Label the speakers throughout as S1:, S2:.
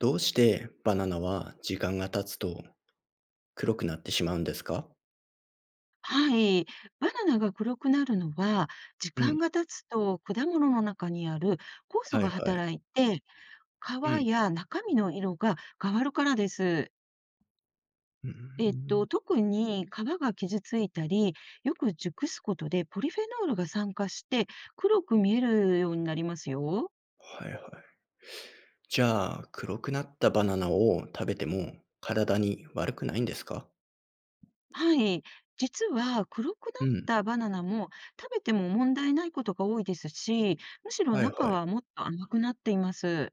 S1: どうしてバナナは時間が経つと黒くなってしまうんですか？
S2: はい。バナナが黒くなるのは、時
S1: うん、
S2: 間が経つと果物の中にある酵素
S1: はい
S2: が
S1: はい。
S2: 働いて、
S1: うん、
S2: 皮や中身の色が変わるからです。
S1: うん。
S2: 特に皮が傷ついたり、よく熟すことでポリフェノールが酸化して黒く見えるようになりますよ。
S1: はいはい。じゃあ、黒くなったバナナを食べても体に悪くないんですか？
S2: はい。実は黒くな
S1: う
S2: っ
S1: ん、
S2: たバナナも食べても問題ないことが多いですし、むしろ
S1: はい
S2: 中
S1: はい。
S2: はもっと甘くなっています。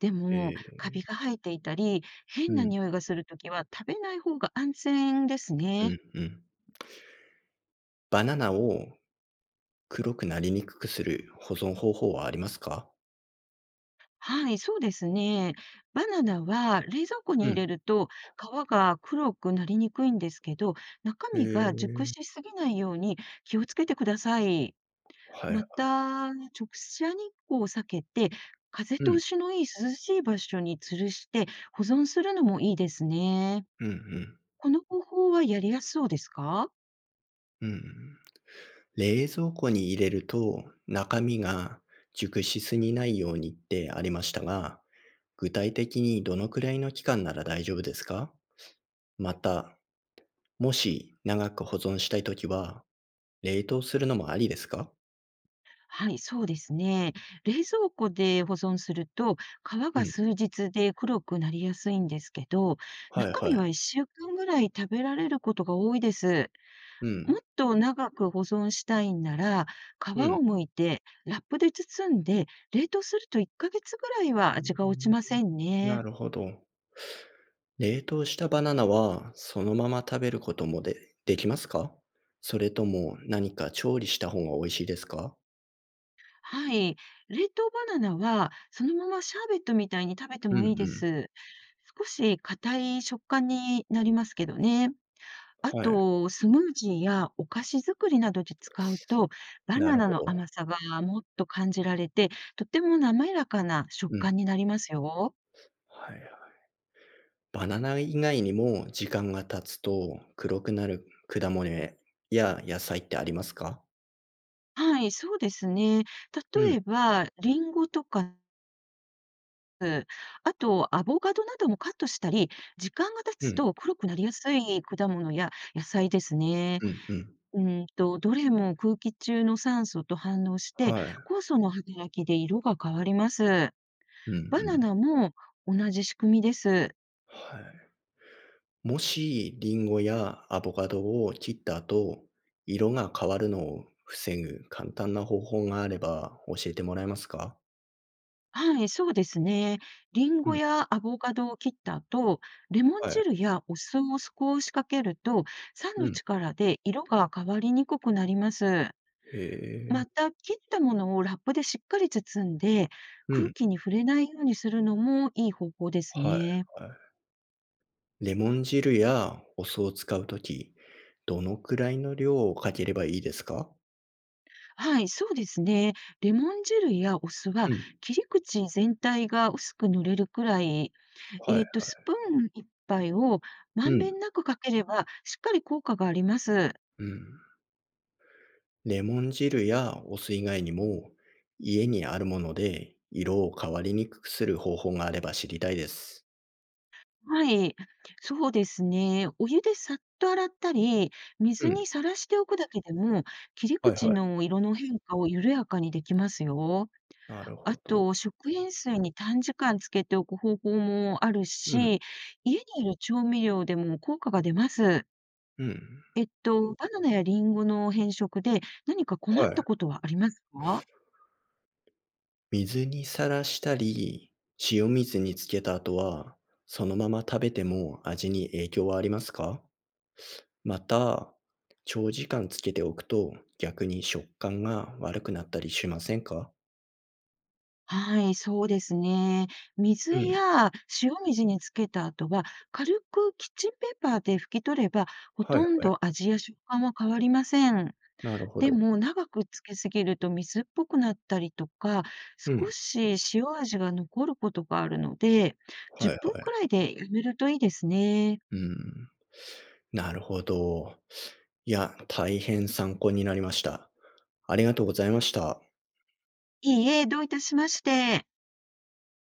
S2: で
S1: え
S2: も、カビ
S1: ー、
S2: が生えていたり、
S1: う
S2: 変な
S1: ん、
S2: 匂いがするときは食べない方が安全です
S1: う
S2: ね。
S1: ん、うん。バナナを黒くなりにくくする保存方法はありますか？
S2: はい、そうですね。バナナは冷蔵庫
S1: う
S2: に入
S1: ん、
S2: れると皮が黒くなりにくいんですけど、中
S1: え
S2: 身が熟
S1: ー、
S2: しすぎないように気をつけてください。
S1: はいはい。
S2: また、直射日光を避けて、風
S1: う
S2: 通
S1: ん、
S2: しのいい涼しい場所に吊るして保存するのもいいですね。
S1: うん、
S2: この方法はやりやすそうですか？
S1: うんうん。冷蔵庫に入れると中身が熟しすぎないようにってありましたが、具体的にどのくらいの期間なら大丈夫ですか？また、もし長く保存したいときは、冷凍するのもありですか？
S2: はい、そうですね。冷蔵庫で保存すると、皮
S1: う
S2: が数
S1: ん。
S2: 日で黒くなりやすいんですけど、
S1: はい
S2: 中身
S1: はい。
S2: は1週間ぐらい食べられることが多いです。
S1: う
S2: も
S1: ん。
S2: っと長く保存したいんなら、皮
S1: うん。
S2: を
S1: う
S2: 剥いてラップで包んで冷凍すると1ヶ月ぐらいは味が落ち
S1: ん、
S2: ませんね。
S1: なるほど。冷凍したバナナはそのまま食べることもできますか？それとも何か調理した方が美味しいですか？
S2: はい。冷凍バナナはそのままシャーベットみたいに食べて
S1: うんう
S2: もいいで
S1: ん。
S2: す。少し硬い食感になりますけどね。あ
S1: はい。
S2: と、スムージーやお菓子作りなどで使うと、バ
S1: な
S2: ナ
S1: る
S2: ナ
S1: ほ
S2: の
S1: ど。
S2: 甘さがもっと感じられて、とても滑らかな食
S1: うん。
S2: 感になりますよ。
S1: はい。バナナ以外にも時間が経つと黒くなる果物や野菜ってありますか？
S2: はい、そうですね。
S1: う
S2: 例
S1: ん、
S2: えば、リンゴとか、あとアボカドなどもカットしたり、時間が経
S1: う
S2: つと
S1: ん、
S2: 黒くなりやすい果物や野菜ですね。
S1: うん、うん。
S2: どれも空気中の酸素と反応して、
S1: はい。
S2: 酵素の働きで色が変わります。
S1: うんう
S2: バナ
S1: ん。
S2: ナも同じ仕組みです。
S1: はい。もしリンゴやアボカドを切った後、色が変わるのを防ぐ簡単な方法があれば教えてもらえますか？
S2: はい、そうですね。リン
S1: う
S2: ゴ
S1: ん、
S2: やアボカドを切った後、レモン
S1: はい。
S2: 汁やお酢を少しかけると、酸
S1: う
S2: の
S1: ん。
S2: 力で色が変わりにくくなります。
S1: へえ。
S2: また、切ったものをラップでしっかり包んで、
S1: う
S2: 空
S1: ん。
S2: 気に触れないようにするのもいい方法です
S1: は
S2: ね。
S1: いはい。レモン汁やお酢を使うときどのくらいの量をかければいいですか？
S2: はい、そうですね。レモン汁やお酢は
S1: うん。
S2: 切り口全体が薄く塗れるくらい、
S1: はい。
S2: スプーン一杯をま
S1: う
S2: んべ
S1: ん。
S2: んなくかければ、しっかり効果があります。
S1: うん。レモン汁やお酢以外にも、家にあるもので色を変わりにくくする方法があれば知りたいです。
S2: はい。そうですね。お湯でさっと洗ったり、
S1: う
S2: 水
S1: ん。
S2: にさらしておくだけでも、切り
S1: はい
S2: 口
S1: はい。
S2: の色の変化を緩やかにできますよ。
S1: なる
S2: あ
S1: ほど。
S2: と、食塩水に短時間つけておく方法もある
S1: うん。
S2: し、家にいる調味料でも効果が出ます。
S1: うん。
S2: バナナやリンゴの変色で何か困
S1: は
S2: った
S1: い。
S2: ことはありますか？
S1: 水にさらしたり、塩水につけた後は、そのまま食べても味に影響はありますか？また、長時間つけておくと逆に食感が悪くなったりしませんか？
S2: はい、そうですね。
S1: う
S2: 水
S1: ん。
S2: や塩水につけた後は、軽くキッチンペーパーで拭き取れば、ほ
S1: はい
S2: とん
S1: はい。
S2: ど味や食感は変わりません。
S1: なるほ
S2: で
S1: ど。
S2: も、長くつけすぎると水っぽくなったりとか、
S1: う
S2: 少
S1: ん。
S2: し塩味が残ることがあるので、
S1: はい
S2: 10
S1: は
S2: 分く
S1: い。
S2: らいでやめるといいですね。
S1: うん。なるほど。いや、大変参考になりました。ありがとうございました。
S2: いいえ、どういたしまして。